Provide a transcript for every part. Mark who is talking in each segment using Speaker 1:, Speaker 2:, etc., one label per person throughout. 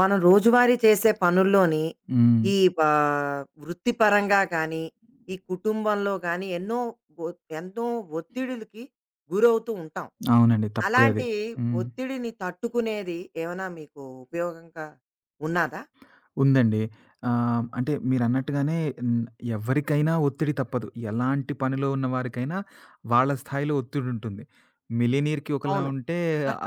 Speaker 1: మనం రోజువారీ చేసే పనుల్లోని
Speaker 2: హ్మ్.
Speaker 1: ఈ వృత్తిపరంగా కానీ, ఈ కుటుంబంలో కానీ ఎన్నో ఒ ఎంతో ఒత్తిడులకి గురవుతూ ఉంటాం.
Speaker 2: అవునండి. తప్పదది.
Speaker 1: అలాంటి
Speaker 2: హ్మ్.
Speaker 1: ఒత్తిడిని తట్టుకునేది ఏమైనా మీకు ఉపయోగంగా ఉన్నదా?
Speaker 2: ఉందండి. అంటే మీరన్నట్టుగానే ఎవరికైనా ఒత్తిడి తప్పదు. ఎలాంటి పనిలో ఉన్న వారికైనా వాళ్ళ స్థాయిలో ఒత్తిడుంటుంది. మిలియనీర్‌కి ఒకలా
Speaker 1: అవును.
Speaker 2: ఉంటే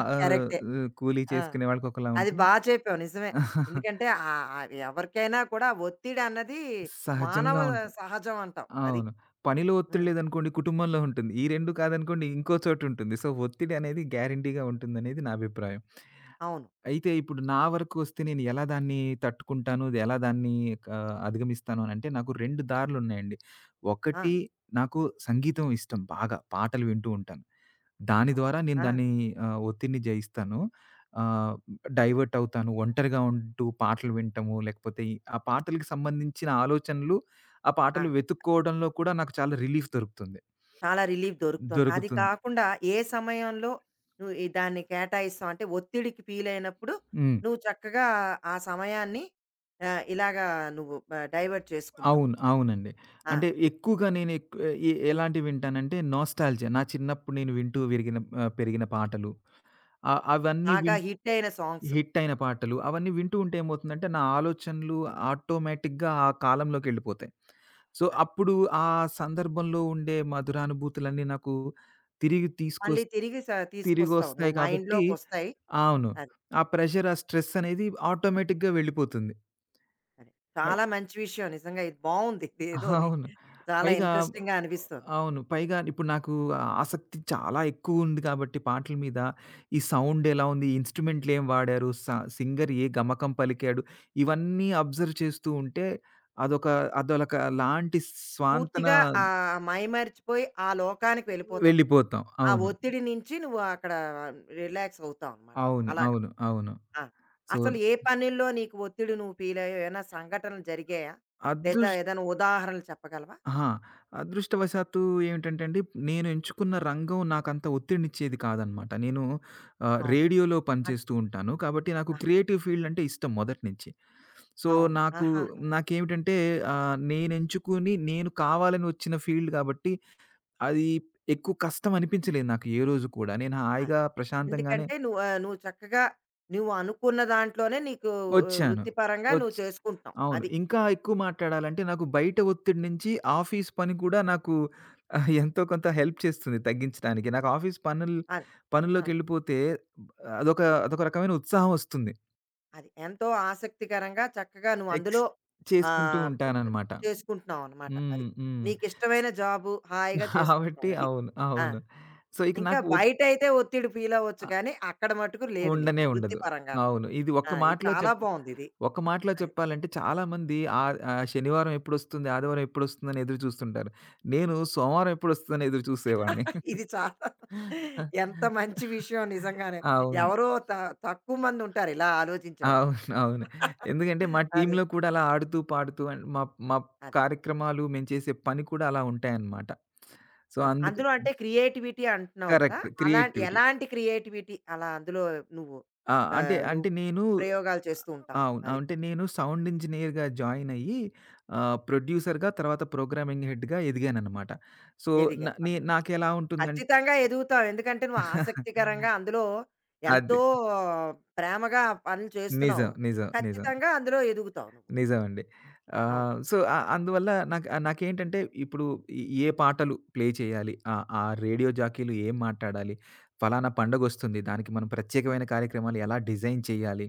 Speaker 2: ఆహ్,
Speaker 1: కరెక్టే.
Speaker 2: కూలీ
Speaker 1: ఆ!
Speaker 2: చేసుకునే వాళ్ళకి ఒకలా
Speaker 1: అది
Speaker 2: ఉంటుంది.
Speaker 1: బా చెప్పావు నిజమే. ఎందుకంటే ఆహ్, ఆహ్, ఎవరికైనా కూడా ఒత్తిడి అన్నది మానవ
Speaker 2: సహజంగా ఉంటుంది.
Speaker 1: సహజం అంటాం. అది.
Speaker 2: అవును. పనిలో ఒత్తిడి
Speaker 1: హ్మ్.
Speaker 2: లేదనుకోండి, కుటుంబంలో ఉంటుంది. ఈ 2 కాదనుకోండి, ఇంకో చోటుంటుంది. సో, ఒత్తిడి అనేది గ్యారంటీగా ఉంటుందనేది నా అభిప్రాయం.
Speaker 1: అవును.
Speaker 2: అయితే ఇప్పుడు నా వరకు వస్తే, నేను ఎలా దాన్ని తట్టుకుంటాను? ఇది ఎలా దాన్ని క అధిగమిస్తాను అనంటే నాకు 2 దారులున్నాయండి.
Speaker 1: ఆ!
Speaker 2: ఒకటి, నాకు సంగీతం ఇష్టం బాగా. పాటలు వింటూ ఉంటాను. దాని
Speaker 1: అవును.
Speaker 2: ద్వారా నేను
Speaker 1: ఆ!
Speaker 2: దాన్ని ఒత్తిడిని జయిస్తాను. ఆహ్, డైవర్ట్ అవుతాను. ఒంటరిగా ఉంటూ పాటలు వినటము, లేకపోతే ఆ పాటలకి సంబంధించిన ఆలోచనలు, ఆ
Speaker 1: ఆ!
Speaker 2: పాటలు వెతుక్కోవడంలో కూడా నాకు చాలా రిలీఫ్ దొరుకుతుంది.
Speaker 1: చాలా రిలీఫ్ దొరుకుతోంది. అది
Speaker 2: దొరుకుతుంది.
Speaker 1: కాకుండా ఏ సమయంలో నువ్వు ఈ దాన్ని కేటాయిస్తావు? అంటే ఒత్తిడికి ఫీలయినప్పుడు
Speaker 2: హ్మ్.
Speaker 1: నువ్వు చక్కగా ఆ సమయాన్ని ఇలాగా నువ్వు డైవర్ట్ చేసుకుంటావు.
Speaker 2: అవును.
Speaker 1: అది.
Speaker 2: అవునండి.
Speaker 1: ఆ!
Speaker 2: అంటే ఎక్కువగా నేను ఎక్ ఎ ఎలాంటివి వింటానంటే, నోస్టాల్జియా. నా చిన్నప్పుడు నేను వింటూ విరిగిన పెరిగిన పాటలు. ఆహ్,
Speaker 1: అది.
Speaker 2: అవన్నీ
Speaker 1: బాగా
Speaker 2: విన్
Speaker 1: హిట్టయిన సాంగ్స్.
Speaker 2: హిట్ అయిన పాటలు. అవన్నీ వింటూ ఉంటే ఏమవుతుందంటే, నా ఆలోచనలు ఆటోమేటిక్‌గా ఆ కాలంలోకెళ్ళిపోతాయి. సో,
Speaker 1: అది.
Speaker 2: అప్పుడు ఆ సందర్భంలో ఉండే మధురానుభూతులన్నీ నాకు తిరిగి
Speaker 1: మళ్ళీ
Speaker 2: తీసుకొస్
Speaker 1: తిరిగి తీసుకొస్తావు. నువ్వు
Speaker 2: తిరిగొస్తాయి కాబట్టి
Speaker 1: మైండ్‌లోకొస్తాయి.
Speaker 2: అవును.
Speaker 1: అది.
Speaker 2: ఆ ప్రెషర్, ఆ స్ట్రెస్ అనేది ఆటోమేటిక్‌గా వెళ్ళిపోతుంది.
Speaker 1: అది.
Speaker 2: పై
Speaker 1: చాలా మంచి విషయం నిజంగా ఇది బావుంది. ఇదేదోని
Speaker 2: అవును.
Speaker 1: చాలా
Speaker 2: పైగా
Speaker 1: ఇంట్రెస్టింగ్‌గా అనిపిస్తోంది.
Speaker 2: అవును. పైగా ఇప్పుడు నాకు ఆసక్తి చాలా ఎక్కువుంది కాబట్టి, పాటల మీద, ఈ సౌండ్ ఎలా ఉంది? ఇన్‌స్ట్రుమెంట్లు ఏం వాడారు? సింగర్ ఏ గమకం పలికాడు? ఇవన్నీ అబ్జర్వ్ చేస్తూ ఉంటే అదొక అదొక లాంటి స్వాంతన
Speaker 1: పూర్తిగా మైమరిచిపోయి ఆ లోకానికి వెళ్ళిపోతావు.
Speaker 2: వెళ్ళిపోతాం.
Speaker 1: ఆ
Speaker 2: అవును.
Speaker 1: ఒత్తిడి నుంచి నువ్వు అక్కడ రిలాక్స్ అవుతావనమాట.
Speaker 2: అవును.
Speaker 1: అలాగా.
Speaker 2: అవును. అవును.
Speaker 1: ఆ!
Speaker 2: సో,
Speaker 1: అసలు ఏ పనుల్లో నీకు ఒత్తిడి నువ్వు ఫీలయ్యావు? ఏమైనా సంఘటనలు జరిగాయా?
Speaker 2: అదృ
Speaker 1: లేదా ఏదైనా ఉదాహరణలు చెప్పగలవా?
Speaker 2: అహా! అదృష్టవశాత్తు ఏమిటంటే అండి, నేను ఎంచుకున్న రంగం నాకంత ఒత్తిడినిచ్చేది కాదనమాట. నేను
Speaker 1: అవును.
Speaker 2: రేడియోలో
Speaker 1: అన్
Speaker 2: పనిచేస్తూ ఉంటాను. కాబట్టి నాకు
Speaker 1: ఆహా!
Speaker 2: క్రియేటివ్ ఫీల్డ్ అంటే ఇష్టం మొదటి నుంచి. సో,
Speaker 1: అవును.
Speaker 2: నాకు
Speaker 1: ఆహాహా!
Speaker 2: నాకేమిటంటే నేనెంచుకుని నేను కావాలని వచ్చిన ఫీల్డ్ కాబట్టి అది ఎక్కువ కష్టం అనిపించలేదు నాకు ఏ రోజు కూడా. నేను
Speaker 1: అది.
Speaker 2: హాయిగా ప్రశాంతంగానే
Speaker 1: ఎందుకంటే నువ్వు నువ్వు చక్కగా నువ్వు అనుకున్న దాంట్లోనే నీకు ఆ,
Speaker 2: వచ్చాను.
Speaker 1: వృత్తిపరంగా
Speaker 2: ఒచ్
Speaker 1: నువ్వు చేసుకుంటున్నావు.
Speaker 2: అవును.
Speaker 1: అది.
Speaker 2: ఇంకా ఎక్కువ మాట్లాడాలంటే, నాకు బయట ఒత్తిడి నుంచి ఆఫీస్ పని కూడా నాకు ఎంతో కొంత హెల్ప్ చేస్తుంది తగ్గించడానికి. నాకు ఆఫీస్ పనుల్
Speaker 1: అది. ఆహా!
Speaker 2: పనుల్లోకెళ్ళిపోతే అదొక అదొక రకమైన ఉత్సాహం ఒస్తుంది.
Speaker 1: అది. ఎంతో ఆసక్తికరంగా చక్కగా నువ్వు
Speaker 2: ఎక్స్
Speaker 1: అందులో
Speaker 2: చేసుకుంటూ
Speaker 1: ఆహ్,
Speaker 2: ఉంటాననమాట.
Speaker 1: చేసుకుంటున్నావు అనమాట అది.
Speaker 2: హ్మ్. హ్మ్. స్
Speaker 1: నీకిష్టమైన జాబు హాయిగా
Speaker 2: కాబట్టి
Speaker 1: చేసుకుంటున్నావు అది.
Speaker 2: అవును.
Speaker 1: ఆ!
Speaker 2: అవును. సో, ఇక
Speaker 1: ఇంకా
Speaker 2: నాకు ఒ
Speaker 1: బయటైతే ఒత్తిడి ఫీలవ్వచ్చు
Speaker 2: ఆహ్,
Speaker 1: కానీ, అక్కడ మటుకు లేదు నీకు
Speaker 2: ఉండనే ఉండదు.
Speaker 1: వృత్తిపరంగాను.
Speaker 2: అవును. ఇది ఒక్క
Speaker 1: ఆ! ఇది
Speaker 2: మాటలో
Speaker 1: చాలా
Speaker 2: చెప్
Speaker 1: బావుందిది.
Speaker 2: ఒక మాటలో
Speaker 1: అది.
Speaker 2: చెప్పాలంటే, చాలామంది ఆహ్, ఆహ్, శనివారం ఎప్పుడొస్తుంది, ఆదివారం ఎప్పుడొస్తుందని ఎదురు చూస్తుంటారు. నేను సోమవారం ఎప్పుడొస్తుందని ఎదురు చూసేవాడిని.
Speaker 1: ఇది చాలా ఎంత మంచి విషయం నిజంగానే.
Speaker 2: అవును.
Speaker 1: ఎవరో తక్కువ మందుంటారు ఇలా ఆలోచించేవాళ్ళు.
Speaker 2: అవును. అవును. ఎందుకంటే మా
Speaker 1: అది.
Speaker 2: టీమ్‌లో కూడా అలా ఆడుతూ, పాడుతూ అండ్ మా మా
Speaker 1: అదే.
Speaker 2: కార్యక్రమాలు, మేము చేసే పని కూడా అలా ఉంటాయన్నమాట. సో,
Speaker 1: ఆ!
Speaker 2: అందుకు
Speaker 1: అందులో అంటే క్రియేటివిటీ అంటున్నావు కదా!
Speaker 2: కరెక్ట్.
Speaker 1: అలాంటి
Speaker 2: క్రియేటివిటీ.
Speaker 1: ఎలాంటి క్రియేటివిటీ అలా అందులో నువ్వు
Speaker 2: ఆ! అంటే,
Speaker 1: నువ్వు
Speaker 2: అంటే నేను
Speaker 1: ప్రయోగాలు చేస్తూ ఉంటావు.
Speaker 2: అవును.
Speaker 1: అది
Speaker 2: అంటే నేను సౌండ్ ఇంజినీర్‌గా జాయిన్ అయ్యి ప్రొడ్యూసర్‌గా, తర్వాత ప్రోగ్రామింగ్ హెడ్‌గా ఎదిగాననమాట. సో, న
Speaker 1: ఎదిగా
Speaker 2: నే
Speaker 1: అందులో.
Speaker 2: నాకెలా ఉంటుందంటే
Speaker 1: ఖచ్చితంగా ఎదుగుతావు. ఎందుకంటే నువ్వు ఆసక్తికరంగా అందులో
Speaker 2: అదే.
Speaker 1: ఎంతో ప్రేమగా ఆ పనులు చేస్తున్నావు.
Speaker 2: నిజం. నిజం. నిజం.
Speaker 1: ఖచ్చితంగా అందులో ఎదుగుతావు నువ్వు.
Speaker 2: నిజమండి.
Speaker 1: అవును.
Speaker 2: సో, అందువల్ల నాకేంటంటే ఇప్పుడు ఏ ఏ పాటలు ప్లే చేయాలి? ఆ ఆ రేడియో జాకీలు ఏం మాట్లాడాలి? ఫలానా పండగొస్తుంది, దానికి మనం ప్రత్యేకమైన కార్యక్రమాలు ఎలా డిజైన్ చేయాలి?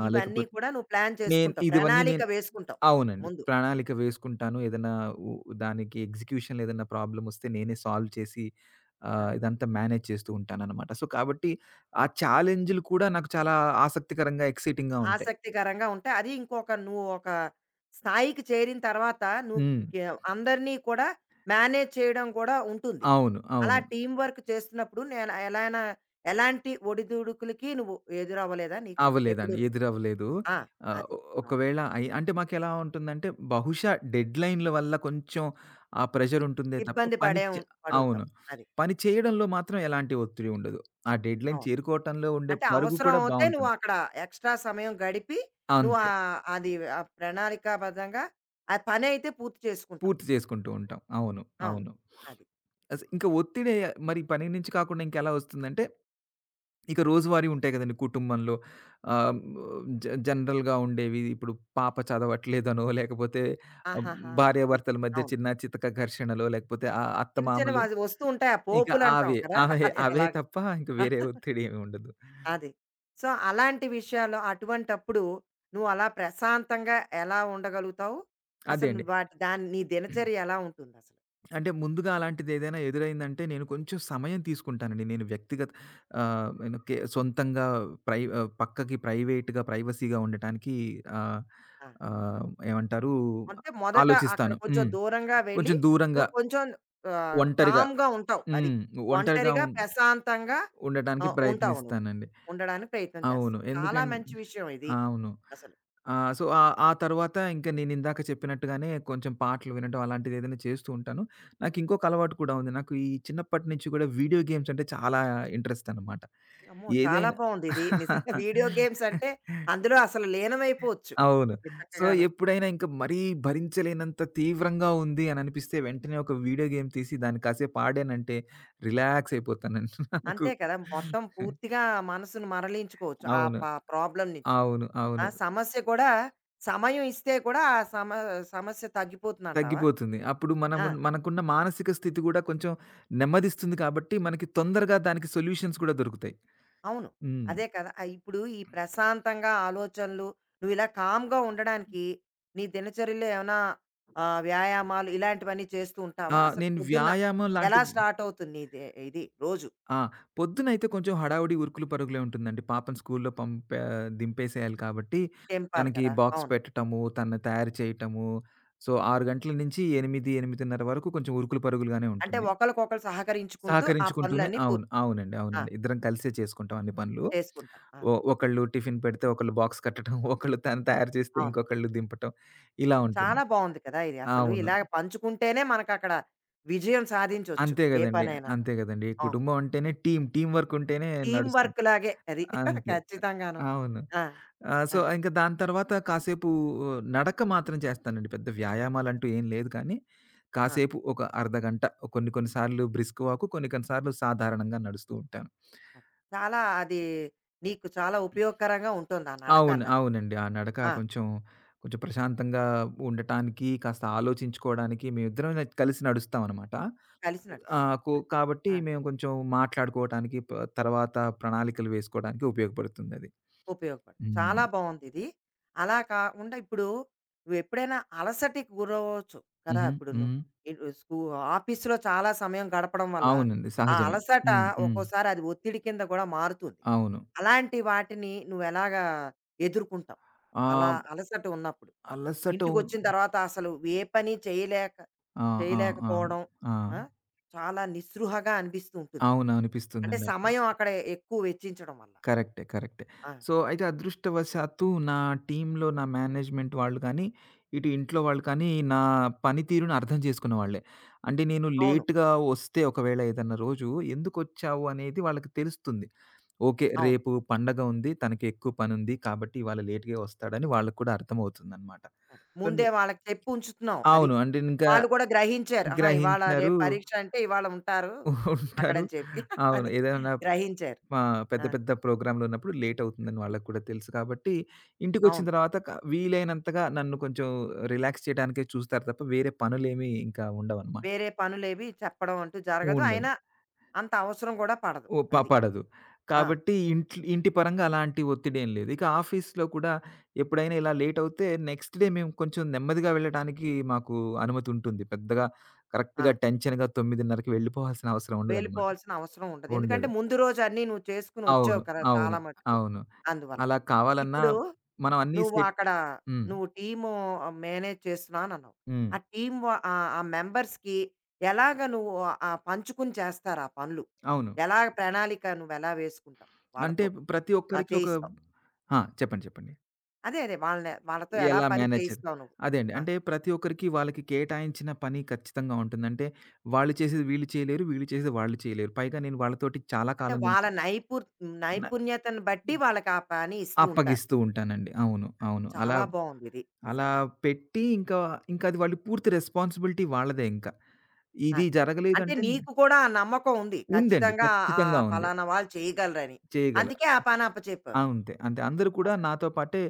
Speaker 2: ఆహ్,
Speaker 1: ఇవన్నీ
Speaker 2: లేకపోతే
Speaker 1: కూడా నువ్వు ప్లాన్
Speaker 2: నేను
Speaker 1: చేసుకుంటావు.
Speaker 2: ఇదివన్నీ
Speaker 1: ప్రణాళిక
Speaker 2: నేను
Speaker 1: వేసుకుంటావు
Speaker 2: అవునండి.
Speaker 1: ముందు.
Speaker 2: ప్రణాళిక వేసుకుంటాను. ఏదన్నా ఉ దానికి ఎగ్జిక్యూషన్‌లో ఏదన్నా ప్రాబ్లమొస్తే నేనే సాల్వ్ చేసి
Speaker 1: ఆ!
Speaker 2: ఇదంతా మేనేజ్ చేస్తూ ఉంటాననమాట. సో, కాబట్టి ఆ ఛాలెంజ్‌లు కూడా నాకు చాలా ఆసక్తికరంగా, ఎక్సైటింగ్‌గా ఉంటాయి.
Speaker 1: ఆసక్తికరంగా ఉంటాయి. అది ఇంకొక నువ్వు ఒక స్థాయికి చేరిన తర్వాత నువ్వు
Speaker 2: హ్మ్.
Speaker 1: గే అందరినీ కూడా మేనేజ్ చేయడం కూడా ఉంటుంది.
Speaker 2: అవును.
Speaker 1: అలా
Speaker 2: అవును.
Speaker 1: టీమ్ వర్క్ చేస్తున్నప్పుడు నేను ఎలాంటి ఒడిదుడుకులకి నువ్వు ఎదురవ్వలేదా నీకు?
Speaker 2: అవ్వలేదండి.
Speaker 1: ఎప్పుడూను.
Speaker 2: ఎదురవ్వలేదు.
Speaker 1: ఆ!
Speaker 2: ఆహ్,
Speaker 1: అది.
Speaker 2: ఒ
Speaker 1: అవును.
Speaker 2: ఒకవేళ అంటే మాకెలా ఉంటుందంటే, బహుశా డెడ్‌లైన్‌ల వల్ల కొంచెం ఆ ప్రెషరుంటుందే తప్ప,
Speaker 1: ఇబ్బంది
Speaker 2: పని
Speaker 1: పడే
Speaker 2: చే అవును.
Speaker 1: పడుంటావు. అది.
Speaker 2: పని చేయడంలో మాత్రం ఎలాంటి ఒత్తిడి ఉండదు. ఆ డెడ్‌లైన్
Speaker 1: అవును.
Speaker 2: చేరుకోవటంలో ఉండే
Speaker 1: అంటే
Speaker 2: పరుగు
Speaker 1: అవసరం
Speaker 2: కూడా
Speaker 1: అవుతే నువ్వు
Speaker 2: బావుంటుంది.
Speaker 1: అక్కడ ఎక్స్‌ట్రా సమయం గడిపి నువ్వు
Speaker 2: అంతే.
Speaker 1: అది ఆ ప్రణాళికాబద్ధంగా ఆ పనైతే పూర్తి చేసుకుంటావు.
Speaker 2: పూర్తి చేసుకుంటూ ఉంటాం. అవును.
Speaker 1: అవును.
Speaker 2: అవును.
Speaker 1: అది.
Speaker 2: ఇంక ఒత్తిడి మరి పని నుంచి కాకుండా ఇంకెలా వస్తుందంటే, ఇక రోజువారీ ఉంటాయి కదండీ కుటుంబంలో. ఆహ్, జ జనరల్‌గా ఉండేవి. ఇప్పుడు పాప చదవట్లేదనో, లేకపోతే ఆహ్,
Speaker 1: ఆహాహా! అది.
Speaker 2: భార్యాభర్తల మధ్య
Speaker 1: అవును.
Speaker 2: చిన్న చితక ఘర్షణలో, లేకపోతే
Speaker 1: చిన్న చిన్నవి
Speaker 2: అత్తమామలు,
Speaker 1: అది వస్తూ ఉంటాయి. ఆ
Speaker 2: ఇక
Speaker 1: పోపులంటాం
Speaker 2: అవే.
Speaker 1: కదా!
Speaker 2: అవే
Speaker 1: అది
Speaker 2: అవే
Speaker 1: అలాగా.
Speaker 2: తప్ప ఇంక వేరే ఒత్తిడి ఏమి ఉండదు.
Speaker 1: అది. సో, అలాంటి విషయాల్లో అటువంటప్పుడు నువ్వు అలా ప్రశాంతంగా ఎలా ఉండగలుగుతావు?
Speaker 2: అదే
Speaker 1: అసలు
Speaker 2: అండి.
Speaker 1: నువ్వు వాటి దాని నీ దినచర్య ఎలా ఉంటుందసలు?
Speaker 2: అంటే ముందుగా అలాంటిదేదైనా ఎదురైందంటే, నేను కొంచెం సమయం తీసుకుంటానండి. నేను వ్యక్తిగత నేను సొంతంగా పక్కకి ప్రైవేట్‌గా, ప్రైవసీగా ఉండటానికి ఆహ్,
Speaker 1: ఆ!
Speaker 2: ఆహ్, ఏమంటారు
Speaker 1: అంటే మొదట అక్కడ
Speaker 2: ఆలోచిస్తాను.
Speaker 1: కొంచెం
Speaker 2: హ్మ్.
Speaker 1: దూరంగా వెళ్ళి
Speaker 2: కొంచెం దూరంగా,
Speaker 1: నువ్వు కొంచెం
Speaker 2: ఒంటరిగా
Speaker 1: కామ్‌గా ఉంటావు అది.
Speaker 2: హ్మ్. ఒంటరిగా
Speaker 1: ఒంటరిగా
Speaker 2: ఉం
Speaker 1: ప్రశాంతంగా
Speaker 2: ఉండటానికి
Speaker 1: ఉంటావు నువ్వు.
Speaker 2: ప్రయత్నిస్తానండి.
Speaker 1: ఉండడానికి ప్రయత్నం
Speaker 2: అవును.
Speaker 1: చేస్తావు. చాలా మంచి విషయం ఇది
Speaker 2: అవును.
Speaker 1: అసలు.
Speaker 2: సో, ఆ ఆ తర్వాత ఇంకా నేనిందాక చెప్పినట్టుగానే కొంచెం పాటలు వినడం అలాంటిదేదైనా చేస్తూ ఉంటాను. నాకింకొక అలవాటు కూడా ఉంది. నాకు ఈ చిన్నప్పటి నుంచి కూడా వీడియో గేమ్స్ అంటే చాలా ఇంట్రెస్ట్ అనమాట.
Speaker 1: అమ్మో! చాలా
Speaker 2: ఏదైనా
Speaker 1: బావుందిది. నిజంగా వీడియో గేమ్స్ అంటే అందులో అసలు లీనమైపోవచ్చు.
Speaker 2: అవును.
Speaker 1: ఇది
Speaker 2: సో,
Speaker 1: చక్కగాను.
Speaker 2: ఎప్పుడైనా ఇంక మరీ భరించలేనంత తీవ్రంగా ఉంది అననిపిస్తే, వెంటనే ఒక వీడియో గేమ్ తీసి దాన్ని కాసేపు ఆడానంటే రిలాక్స్ అయిపోతానండి నాకు.
Speaker 1: అంతే కదా! మొత్తం పూర్తిగా మనసును మరలించుకోవచ్చు. ఆ
Speaker 2: అవును.
Speaker 1: ప ప్రాబ్లమ్ నుంచి.
Speaker 2: అవును.
Speaker 1: ఆ
Speaker 2: అవును.
Speaker 1: సమస్య కూడా సమయం ఇస్తే కూడా ఆ సమ సమస్య తగ్గిపోతుందంటావా?
Speaker 2: తగ్గిపోతుంది. అప్పుడు మనము
Speaker 1: ఆ!
Speaker 2: మనకున్న మానసిక స్థితి గూడా కొంచెం నెమ్మదిస్తుంది కాబట్టి, మనకి తొందరగా దానికి సొల్యూషన్స్ కూడా దొరుకుతాయి.
Speaker 1: అవును.
Speaker 2: హ్మ్.
Speaker 1: అదే కదా! ఇప్పుడు ఈ ప్రశాంతంగా ఆలోచనలు నువ్వు ఇలా కామ్‌గా ఉండడానికి నీ దినచర్యలో ఏమైనా వ్యాయామాలు ఇలాంటివన్నీ చేస్తూ
Speaker 2: ఆ!
Speaker 1: ఉంటావా? అసలు
Speaker 2: నేను
Speaker 1: పొద్దున్న
Speaker 2: వ్యాయామం
Speaker 1: ఎలా
Speaker 2: లాంటిది
Speaker 1: స్టార్ట్ అవుతుంది నీది ఇది రోజు?
Speaker 2: ఆ! పొద్దునైతే కొంచెం హడావుడి, ఉరుకులు పరుగులే ఉంటుందండి. పాపను స్కూల్‌లో పంపా దింపేసేయాలి కాబట్టి,
Speaker 1: తెంపాలి
Speaker 2: తనకి
Speaker 1: కదా!
Speaker 2: బాక్స్
Speaker 1: అవును.
Speaker 2: పెట్టటము, తనని తయారు చేయటము. సో, 6 గంటల నుంచి 8, 8:30 వరకు కొంచెం ఉరుకులు పరుగులుగానే
Speaker 1: అంటే
Speaker 2: ఉంటుంది.
Speaker 1: ఒకళ్ళకొకళ్ళు సహకరించుకుంటూ ఆ
Speaker 2: సహకరించుకుంటూనే
Speaker 1: పనులన్నీ
Speaker 2: అవును.
Speaker 1: పూర్తి
Speaker 2: అవునండి.
Speaker 1: ఆ!
Speaker 2: అవునండి. ఇద్దరం కలిసే చేసుకుంటాం అన్ని పనులు.
Speaker 1: చేసుకుంటాం. అవును.
Speaker 2: ఒకళ్ళు టిఫిన్ పెడితే ఒకళ్ళు బాక్స్ కట్టడం, ఒకళ్ళు తను తయారు చేస్తే
Speaker 1: అవును.
Speaker 2: ఇంకొకళ్ళు దింపటం, ఇలా ఉంటుంది.
Speaker 1: చాలా బావుంది కదా! ఇది అసలు
Speaker 2: అవును.
Speaker 1: ఇలాగ పంచుకుంటేనే మనకక్కడ విజయం సాధించొచ్చు.
Speaker 2: అంతే
Speaker 1: ఏ
Speaker 2: గదండీ!
Speaker 1: పనైనాను.
Speaker 2: అంతే గదండీ!
Speaker 1: అవును.
Speaker 2: కుటుంబం అంటేనే టీమ్. టీమ్ వర్క్ ఉంటేనే
Speaker 1: టీమ్
Speaker 2: నడుస్తుంది.
Speaker 1: వర్క్ లాగే అది.
Speaker 2: అంతే.
Speaker 1: ఖచ్చితంగాను.
Speaker 2: అవును.
Speaker 1: ఆ!
Speaker 2: సో,
Speaker 1: అది.
Speaker 2: ఇంక దాని తర్వాత కాసేపు ఆ, నడక మాత్రం చేస్తానండి. పెద్ద వ్యాయామాలంటూ ఏం లేదు కానీ,
Speaker 1: ఆ!
Speaker 2: కాసేపు ఒక అర్ధగంట, కొన్ని కొన్ని సార్లు బ్రిస్క్ వాక్, కొన్ని కొన్ని సార్లు సాధారణంగా నడుస్తూ ఉంటాను.
Speaker 1: అది. చాలా అది నీకు చాలా ఉపయోగకరంగా ఉంటుంది ఆ నడక
Speaker 2: అవును.
Speaker 1: అన్నది.
Speaker 2: అవునండి. ఆ నడక
Speaker 1: ఆ!
Speaker 2: కొంచెం, కొంచెం ప్రశాంతంగా ఉండటానికి, కాస్త ఆలోచించుకోవడానికి మేమిద్దరం కలిసి నడుస్తామనమాట.
Speaker 1: కలిసి నడుస్తారు.
Speaker 2: ఆహ్, కో
Speaker 1: అది.
Speaker 2: కాబట్టి
Speaker 1: ఆ!
Speaker 2: మేము కొంచెం మాట్లాడుకోవటానికి, తర్వాత ప్రణాళికలు వేసుకోవడానికి ఉపయోగపడుతుందది.
Speaker 1: ఉపయోగపడుతుంది.
Speaker 2: హ్మ్.
Speaker 1: చాలా బావుందిది. అలా కాకుండా ఇప్పుడు నువ్వెప్పుడైనా అలసటకి గురవ్వచ్చు కదా!
Speaker 2: హుహు.
Speaker 1: ఇప్పుడు నువ్వు
Speaker 2: హ్మ్.
Speaker 1: ఇటు ఆఫీస్‌లో చాలా సమయం గడపడం వల్ల,
Speaker 2: అవునండి.
Speaker 1: ఆ
Speaker 2: సహజమే.
Speaker 1: అలసట
Speaker 2: హ్మ్. హ్మ్.
Speaker 1: ఒక్కోసారి అది ఒత్తిడి కింద కూడా మారుతుంది.
Speaker 2: అవును.
Speaker 1: అలాంటి వాటిని నువ్వెలాగా ఎదుర్కుంటావు? అలా
Speaker 2: ఆహ్,
Speaker 1: అలసట ఉన్నప్పుడు.
Speaker 2: అలసట ఉ-
Speaker 1: ఇంటికొచ్చిన తర్వాత అసలు ఏ పని చేయలేక
Speaker 2: ఆ! ఆ! ఆ!
Speaker 1: చేయలేకపోవడం
Speaker 2: ఆ!
Speaker 1: ఆ! చాలా నిస్పృహగా అనిపిస్తూ ఉంటుంది.
Speaker 2: అవును.
Speaker 1: అంటే
Speaker 2: అనిపిస్తుందండి అప్పుడు.
Speaker 1: సమయం అక్కడ ఎక్కువ వెచ్చించడం వల్ల.
Speaker 2: కరెక్టే. కరెక్టే.
Speaker 1: ఆ!
Speaker 2: సో, అయితే అదృష్టవశాత్తు నా టీమ్‌లో నా మేనేజ్‌మెంట్ వాళ్ళు కానీ, ఇటు ఇంట్లో వాళ్ళు కానీ నా పనితీరుని అర్థం చేసుకునేవాళ్ళే. అంటే నేను
Speaker 1: అవును.
Speaker 2: లేట్‌గా వస్తే ఒకవేళ ఏదన్నా రోజు, ఎందుకొచ్చావు అనేది వాళ్ళకి తెలుస్తుంది. ఓకే.
Speaker 1: అవును.
Speaker 2: రేపు పండగ ఉంది, తనకి ఎక్కువ పనుంది, కాబట్టి ఇవాళ లేట్‌గే వస్తాడని వాళ్ళకి కూడా అర్థమవుతుందనమాట.
Speaker 1: అది. ముందే
Speaker 2: కొన్ని
Speaker 1: వాళ్ళకి చెప్పి ఉంచుతున్నాం. అది.
Speaker 2: అవును. అంటే ఇంకా
Speaker 1: వాళ్ళు కూడా గ్రహించారు. ఆహా! ఇవాళ
Speaker 2: గ్రహించారు.
Speaker 1: రేపు పరీక్ష అంటే ఇవాళ ఉంటారు
Speaker 2: ఉంటారు.
Speaker 1: అక్కడని చెప్పి
Speaker 2: అవును.
Speaker 1: అని
Speaker 2: ఏదైనా
Speaker 1: గ్రహించారు.
Speaker 2: ఆ! పెద్ద
Speaker 1: ఆ!
Speaker 2: పెద్ద ప్రోగ్రామ్‌లున్నప్పుడు లేటవుతుందని వాళ్ళకి కూడా తెలుసు కాబట్టి, ఇంటికొచ్చిన
Speaker 1: అవును.
Speaker 2: తర్వాత వీలైనంతగా నన్ను కొంచెం రిలాక్స్ చేయడానికే చూస్తారు తప్ప, వేరే పనులేమీ ఇంకా ఉండవనమాట.
Speaker 1: వేరే పనులేవి చెప్పడం అంటూ జరగదు.
Speaker 2: ఉండదు.
Speaker 1: అయినా అంత అవసరం కూడా పడదు.
Speaker 2: ఓ ప
Speaker 1: అది.
Speaker 2: పడదు.
Speaker 1: ఆ!
Speaker 2: కాబట్టి ఇంటి పరంగా అలాంటి ఒత్తిడేం లేదు. ఇక ఆఫీస్‌లో కూడా ఎప్పుడైనా ఇలా లేటవుతే నెక్స్ట్ డే మేము కొంచెం నెమ్మదిగా వెళ్ళడానికి మాకు అనుమతుంటుంది. పెద్దగా
Speaker 1: ఆ!
Speaker 2: కరెక్ట్‌గా టెన్షన్‌గా 9:30కి వెళ్ళిపోవాల్సిన అవసరం ఉండదనమాట.
Speaker 1: వెళ్ళిపోవాల్సిన అవసరం ఉండదు. ఎందుకంటే
Speaker 2: ఉండదు.
Speaker 1: ముందు రోజు అన్నీ నువ్వు చేసుకొని
Speaker 2: అవును.
Speaker 1: వచ్చావు కదా!
Speaker 2: అవును.
Speaker 1: చాలా మటుకు.
Speaker 2: అవును.
Speaker 1: అందువల్ల.
Speaker 2: అలా కావాలన్నా
Speaker 1: ఇప్పుడు
Speaker 2: మనం అన్నీ
Speaker 1: నువ్వు
Speaker 2: సెట్
Speaker 1: అక్కడ
Speaker 2: హ్మ్.
Speaker 1: నువ్వు టీము మేనేజ్ చేస్తున్నానన్నావు.
Speaker 2: హ్మ్.
Speaker 1: ఆ టీమ్ వ ఆ ఆ మెంబర్స్‌కి ఎలాగ నువ్వు పంచుకుని చేస్తారు ఆ పనులు?
Speaker 2: అవును.
Speaker 1: ఎలాగ ప్రణాళిక నువ్వెలా వేసుకుంటావు
Speaker 2: అంటే
Speaker 1: వాళ్ళతో?
Speaker 2: ప్రతి
Speaker 1: ఆ!
Speaker 2: ఒక్కరికి ఒక
Speaker 1: చేయిస్తావు.
Speaker 2: ఆ! చెప్పండి. చెప్పండి.
Speaker 1: అదే అదే వాళ్ళని వాళ్ళతో ఎలా
Speaker 2: ఎలా
Speaker 1: పని
Speaker 2: మేనేజ్ చేయాలి?
Speaker 1: చేయిస్తావు నువ్వు?
Speaker 2: అదే అండి.
Speaker 1: ఆ!
Speaker 2: అంటే ప్రతి ఒక్కరికి వాళ్ళకి కేటాయించిన పని ఖచ్చితంగా ఉంటుంది. అంటే వాళ్ళు చేసేది వీళ్ళు చేయలేరు, వీళ్ళు చేసేది వాళ్ళు చేయలేరు. పైగా నేను వాళ్ళతోటి చాలా
Speaker 1: అంటే
Speaker 2: కాలం
Speaker 1: వాళ్ళ
Speaker 2: నుంచి న
Speaker 1: నైపుణ్యతను బట్టి వాళ్ళకి ఆ పని ఇస్తూ ఉంటారు.
Speaker 2: అప్పగిస్తూ ఉంటానండి. అవును.
Speaker 1: అది
Speaker 2: అవును. అలా
Speaker 1: చాలా బావుందిది
Speaker 2: అలా
Speaker 1: నిజంగాను.
Speaker 2: పెట్టి ఇంకా, ఇంకా అది వాళ్ళు, పూర్తి రెస్పాన్సిబిలిటీ వాళ్ళదే ఇంకా. ఇది
Speaker 1: అది. అంటే
Speaker 2: జరగలేదంటే
Speaker 1: నీకు కూడా ఆ నమ్మకం ఉంది.
Speaker 2: ఉందండి.
Speaker 1: ఖచ్చితంగా ఆ
Speaker 2: ఖచ్చితంగా
Speaker 1: ఆ
Speaker 2: ఉంది.
Speaker 1: పలానా వాళ్ళు చేయగలరని.
Speaker 2: చేయగల.
Speaker 1: అందుకే ఆ పని అప్పచెప్పావు
Speaker 2: ఆ!
Speaker 1: నువ్వు
Speaker 2: అంతే. అంతే. అందరూ కూడా
Speaker 1: అసలు.
Speaker 2: నాతో పాటే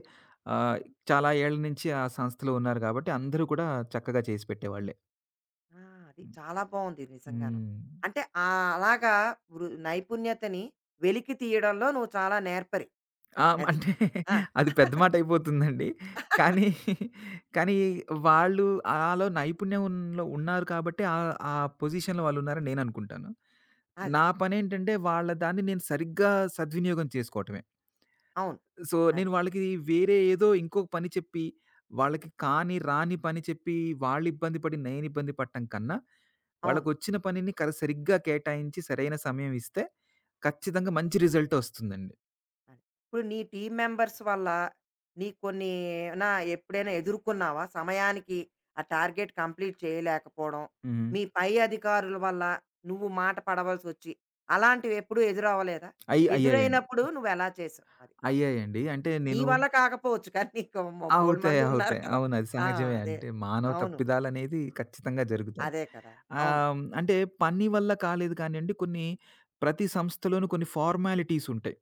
Speaker 2: ఆహ్, చాలా ఏళ్ల నుంచి ఆ సంస్థలో ఉన్నారు గాబట్టి, అందరూ కూడా చక్కగా చేసి పెట్టేవాళ్ళే.
Speaker 1: ఆ! అది చాలా బావుంది నిజంగాను.
Speaker 2: హ్మ్.
Speaker 1: అంటే అలాగా నైపుణ్యతని వెలికి తీయడంలో నువ్వు చాలా నేర్పరి.
Speaker 2: ఆ!
Speaker 1: అది.
Speaker 2: అంటే
Speaker 1: ఆ!
Speaker 2: అది పెద్ద మాటయిపోతుందండి. కానీ, కానీ వాళ్ళు నైపుణ్యంలో ఉన్నారు కాబట్టి, ఆ ఆ పొజిషన్‌లో వాళ్ళున్నారని నేననుకుంటాను.
Speaker 1: అది.
Speaker 2: నా పనేంటంటే వాళ్ళ దాన్ని నేను సరిగ్గా సద్వినియోగం చేసుకోవటమే.
Speaker 1: అవును.
Speaker 2: సో, నేను
Speaker 1: అది.
Speaker 2: వాళ్ళకి వేరే ఏదో ఇంకో పని చెప్పి, వాళ్ళకి కాని, రాని పని చెప్పి, వాళ్ళు ఇబ్బంది పడి నేను ఇబ్బంది పడటం కన్నా,
Speaker 1: అవును.
Speaker 2: వాళ్ళకొచ్చిన పనిని సరిగ్గా కేటాయించి, సరైన సమయం ఇస్తే ఖచ్చితంగా మంచి రిజల్ట్ ఒస్తుందండి.
Speaker 1: అది. ఇప్పుడు నీ టీమ్ మెంబర్స్ వల్ల నీకు కొన్ని ఏమైనా ఎప్పుడైనా ఎదుర్కొన్నావా? సమయానికి ఆ టార్గెట్ కంప్లీట్ చేయలేకపోవడం,
Speaker 2: హ్మ్.
Speaker 1: మీ పై అధికారుల వల్ల నువ్వు మాట పడవలసొచ్చి అలాంటివెప్పుడూ ఎదురవ్వలేదా?
Speaker 2: అయ్యాయండి.
Speaker 1: ఎదురైనప్పుడు నువ్వెలా చేసావు? అది. వాళ్ళకి.
Speaker 2: అయ్యాయండి. అంటే
Speaker 1: నీ
Speaker 2: నేను
Speaker 1: వల్ల కాకపోవచ్చు. కానీ నీకు
Speaker 2: అవుతాయి.
Speaker 1: బోలెడుమంది ఉన్నారు
Speaker 2: అవుతాయి.
Speaker 1: కదా!
Speaker 2: అవును. అది
Speaker 1: ఆ!
Speaker 2: సహజమే.
Speaker 1: అదే.
Speaker 2: అంటే మానవ
Speaker 1: అవును.
Speaker 2: తప్పిదాలనేది ఖచ్చితంగా జరుగుతాయి.
Speaker 1: అదే కదా! అవును.
Speaker 2: హ్మ్. అంటే పని వల్ల కాలేదు కానియండి, కొన్ని, ప్రతి సంస్థలోనూ కొన్ని ఫార్మాలిటీస్ ఉంటాయి.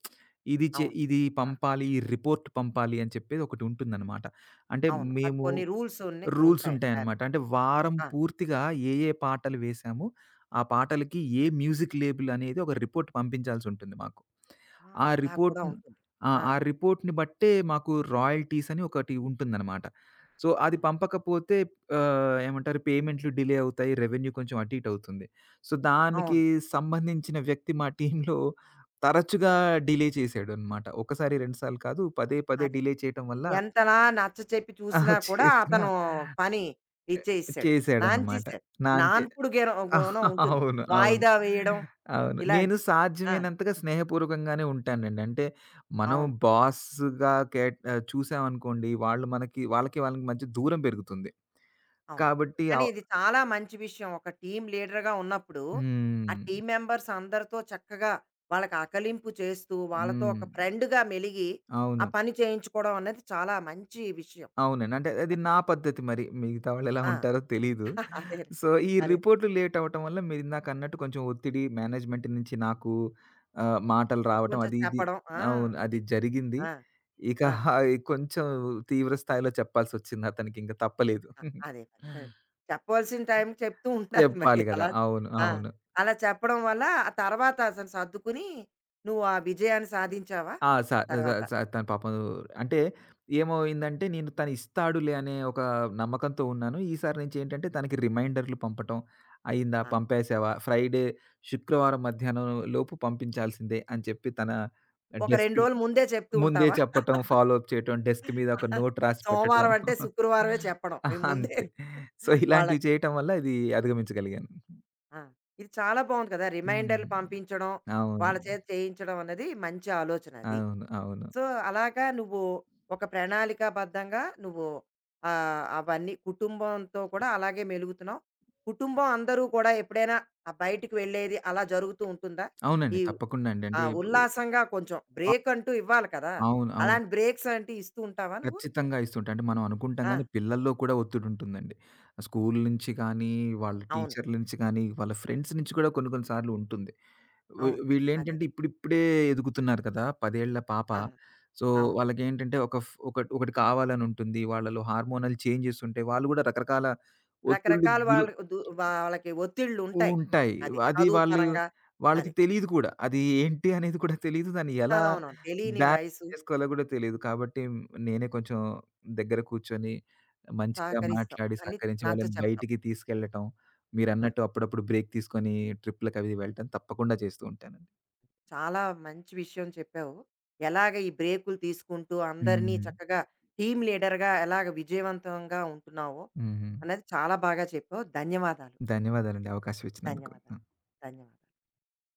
Speaker 1: అవును.
Speaker 2: ఇది
Speaker 1: ఆహా!
Speaker 2: పంపాలి, ఈ రిపోర్ట్ పంపాలి అని చెప్పేది ఒకటుంటుందనమాట. అంటే
Speaker 1: అవును. అది
Speaker 2: మేము
Speaker 1: కొన్ని రూల్స్
Speaker 2: రూల్స్
Speaker 1: ఉంటాయి. అది.
Speaker 2: ఉంటాయనమాట. అంటే వారం
Speaker 1: ఆ!
Speaker 2: పూర్తిగా ఏ ఏ పాటలు వేశామో, ఆ పాటలకి ఏ మ్యూజిక్ లేబుల్ అనేది ఒక రిపోర్ట్ పంపించాల్సుంటుంది మాకు.
Speaker 1: ఆ!
Speaker 2: ఆ
Speaker 1: అలా
Speaker 2: రిపోర్ట్
Speaker 1: కూడా ఉంటుంది.
Speaker 2: ఆ!
Speaker 1: ఆ!
Speaker 2: ఆ రిపోర్ట్‌ని బట్టే మాకు రాయల్టీస్ అని ఒకటి ఉంటుందనమాట. సో,
Speaker 1: ఆ!
Speaker 2: అది పంపకపోతే ఆహ్, ఏమంటారు పేమెంట్లు డిలే అవుతాయి. రెవెన్యూ కొంచెం అటు ఇటు అవుతుంది. సో, దానికి
Speaker 1: అవును.
Speaker 2: సంబంధించిన వ్యక్తి మా టీమ్‌లో తరచుగా డిలే చేసాడనమాట. ఒకసారి, 2 సార్లు కాదు, పదే పదే
Speaker 1: అదే.
Speaker 2: డిలే చేయటం వల్ల
Speaker 1: ఎంతలా నచ్చచెప్పి
Speaker 2: ఆ,
Speaker 1: చూసినా కూడా
Speaker 2: చేసిన
Speaker 1: అతను పని ఇచ్చేయిస్తాడు.
Speaker 2: చేసాడనమాట.
Speaker 1: నాన్చేసాడు.
Speaker 2: నా అంచే
Speaker 1: నాన్పుడు గుణం ఉంటుంది.
Speaker 2: అవును. అవును.
Speaker 1: వాయిదా వేయడం
Speaker 2: అవును. నేను
Speaker 1: ఇలాంటివి. ఆ!
Speaker 2: సాధ్యమైనంతగా స్నేహపూర్వకంగానే ఉంటానండి. అంటే మనం
Speaker 1: అవును.
Speaker 2: బాస్‌గా చూసామనుకోండి, వాళ్ళు మనకి వాళ్ళకి వాళ్ళకి మధ్య దూరం పెరుగుతుంది.
Speaker 1: అవును.
Speaker 2: కాబట్టి
Speaker 1: కానీ ఇది చాలా మంచి విషయం. ఒక టీమ్ లీడర్‌గా ఉన్నప్పుడు, ఆ
Speaker 2: హ్మ్.
Speaker 1: టీమ్ మెంబర్స్ అందరితో చక్కగా వాళ్ళకి ఆకలింపు చేస్తూ, వాళ్ళతో
Speaker 2: హ్మ్.
Speaker 1: ఒక ఫ్రెండ్‌గా మెలిగి, ఆ
Speaker 2: అవును.
Speaker 1: పని చేయించుకోవడం అనేది చాలా మంచి విషయం
Speaker 2: అవునండి. అంటే అది
Speaker 1: అది.
Speaker 2: నా పద్ధతి మరి. మిగతా వాళ్ళెలా
Speaker 1: ఆ!
Speaker 2: ఉంటారో తెలీదు.
Speaker 1: అదే.
Speaker 2: సో, ఈ
Speaker 1: అదే.
Speaker 2: రిపోర్ట్‌లు లేట్ అవ్వటం వల్ల మీరిందాకన్నట్టు కొంచెం ఒత్తిడి మేనేజ్‌మెంట్ నుంచి నాకు మాటలు రావటం
Speaker 1: కొంచెం
Speaker 2: అది ఇది
Speaker 1: చెప్పడం. ఆ!
Speaker 2: అవును. అది
Speaker 1: అది.
Speaker 2: జరిగింది.
Speaker 1: ఆ!
Speaker 2: ఇక
Speaker 1: ఆ!
Speaker 2: అయి కొంచెం తీవ్ర స్థాయిలో చెప్పాల్సొచ్చిందతనికి. ఇంక తప్పలేదు.
Speaker 1: అ అదే. మరి చెప్పవలసిన టైంకి చెప్తూ ఉండాలి మరి.
Speaker 2: చెప్పాలి గదా!
Speaker 1: అలా
Speaker 2: అవును.
Speaker 1: ఆ!
Speaker 2: అవును.
Speaker 1: అలా చెప్పడం వల్ల, ఆ తర్వాత అతను సర్దుకుని, నువ్వు ఆ విజయాన్ని సాధించావా
Speaker 2: ఆ! స స
Speaker 1: తర్వాత?
Speaker 2: స తను పాపం, అంటే ఏమైందంటే నేను తను ఇస్తాడులే అనే ఒక నమ్మకంతో ఉన్నాను. ఈసారి నుంచి ఏంటంటే తనకి రిమైండర్‌లు పంపటం, అయిందా?
Speaker 1: ఆ!
Speaker 2: పంపేసావా? శుక్రవారం మధ్యాహ్నం లోపు పంపించాల్సిందే అని చెప్పి, తన
Speaker 1: ఒక 2
Speaker 2: డెస్క్
Speaker 1: రోజులు ముందే చెప్తూ
Speaker 2: ముందే
Speaker 1: ఉంటావా?
Speaker 2: చెప్పటం, ఫాలో అప్ చేయటం, డెస్క్ మీద ఒక నోట్ రాసి పెట్టటం.
Speaker 1: సోమవారం అంటే శుక్రవారమే చెప్పడం. ఈ ముందే
Speaker 2: అంతే. సో, ఇలాంటివి
Speaker 1: వాళ్ళకి.
Speaker 2: చేయటం వల్ల ఇది అధిగమించగలిగాను.
Speaker 1: ఆ! ఇది చాలా బావుంది కదా!
Speaker 2: హ్మ్.
Speaker 1: రిమైండర్‌లు పంపించడం,
Speaker 2: అవును.
Speaker 1: వాళ్ళ చేత చేయించడం అన్నది మంచి ఆలోచన అది.
Speaker 2: అవును. అవును.
Speaker 1: సో, అలాగా నువ్వు ఒక ప్రణాళికాబద్ధంగా నువ్వు అవన్నీ కుటుంబంతో కూడా అలాగే మెలుగుతున్నావు. కుటుంబం అందరూ కూడా ఎప్పుడైనా బయటికి వెళ్ళేది అలా జరుగుతూ ఉంటుందా?
Speaker 2: అవునండి.
Speaker 1: ఈ
Speaker 2: తప్పకుండా అండి.
Speaker 1: ఆ!
Speaker 2: అంటే
Speaker 1: ఉల్లాసంగా కొంచెం బ్రేక్ అంటూ ఇవ్వాలి కదా!
Speaker 2: అవును. అవును.
Speaker 1: అలాంటి బ్రేక్స్ అంటే ఇస్తూ ఉంటావా నువ్వు?
Speaker 2: ఖచ్చితంగా ఇస్తుంటాయి. అంటే మనం అనుకుంటాం
Speaker 1: ఆ!
Speaker 2: గానీ పిల్లల్లో కూడా ఒత్తిడుంటుందండి. స్కూల్ నుంచి కానీ, వాళ్ళ
Speaker 1: అవును.
Speaker 2: టీచర్ల నుంచి కానీ, వాళ్ళ ఫ్రెండ్స్ నుంచి కూడా కొన్ని కొన్ని సార్లు ఉంటుంది.
Speaker 1: అవును. అదే.
Speaker 2: వీళ్ళేంటంటే ఇప్పుడిప్పుడే ఎదుగుతున్నారు కదా! 10 ఏళ్ల పాప.
Speaker 1: ఆహా!
Speaker 2: సో,
Speaker 1: అవును.
Speaker 2: వాళ్ళకేంటంటే ఒక ఫ్ ఒకటి ఒకటి కావాలనుంటుంది. వాళ్ళలో హార్మోనల్ చేంజెస్ ఉంటాయి. వాళ్ళు గూడా రకరకాల ఒత్తిళ్ళకి
Speaker 1: రకరకాల
Speaker 2: గుర
Speaker 1: వాళ్ళకి వాళ్ళకి ఒత్తిళ్ళుంటాయి.
Speaker 2: ఉంటాయి.
Speaker 1: అది.
Speaker 2: అది
Speaker 1: చదువు
Speaker 2: వాళ్ళు
Speaker 1: పరంగా
Speaker 2: వాళ్ళకి
Speaker 1: అది.
Speaker 2: తెలీదు కూడా. అది ఏంటి అనేది కూడా తెలీదు. దాన్ని ఎలా
Speaker 1: అదవునవును. తెలియని
Speaker 2: బ్యాలెన్స్
Speaker 1: వయసు
Speaker 2: చేసుకోవాలో కూడా తెలీదు. కాబట్టి నేనే కొంచెం దగ్గర కూర్చొని మంచిగా
Speaker 1: సహకరిస్తాం.
Speaker 2: మాట్లాడి
Speaker 1: అన్నీ
Speaker 2: సహకరించి
Speaker 1: నచ్చ
Speaker 2: వాళ్ళని
Speaker 1: చెప్తాం.
Speaker 2: బయటికి తీసుకెళ్ళటం,
Speaker 1: ఆ!
Speaker 2: మీరన్నట్టు అప్పుడప్పుడు బ్రేక్ తీసుకొని ట్రిప్‌లకవి వెళ్ళటం తప్పకుండా చేస్తూ ఉంటానండి.
Speaker 1: చాలా మంచి విషయం చెప్పావు. ఎలాగ ఈ బ్రేకులు తీసుకుంటూ అందరినీ
Speaker 2: హ్మ్.
Speaker 1: చక్కగా టీమ్ లీడర్‌గా ఎలాగ విజయవంతంగా ఉంటున్నావో
Speaker 2: హ్మ్.
Speaker 1: అనేది చాలా బాగా చెప్పావు. ధన్యవాదాలు.
Speaker 2: ధన్యవాదాలండి అవకాశం ఇచ్చినందుకు. ఆ!
Speaker 1: ధన్యవాదాలు. ధన్యవాదాలు.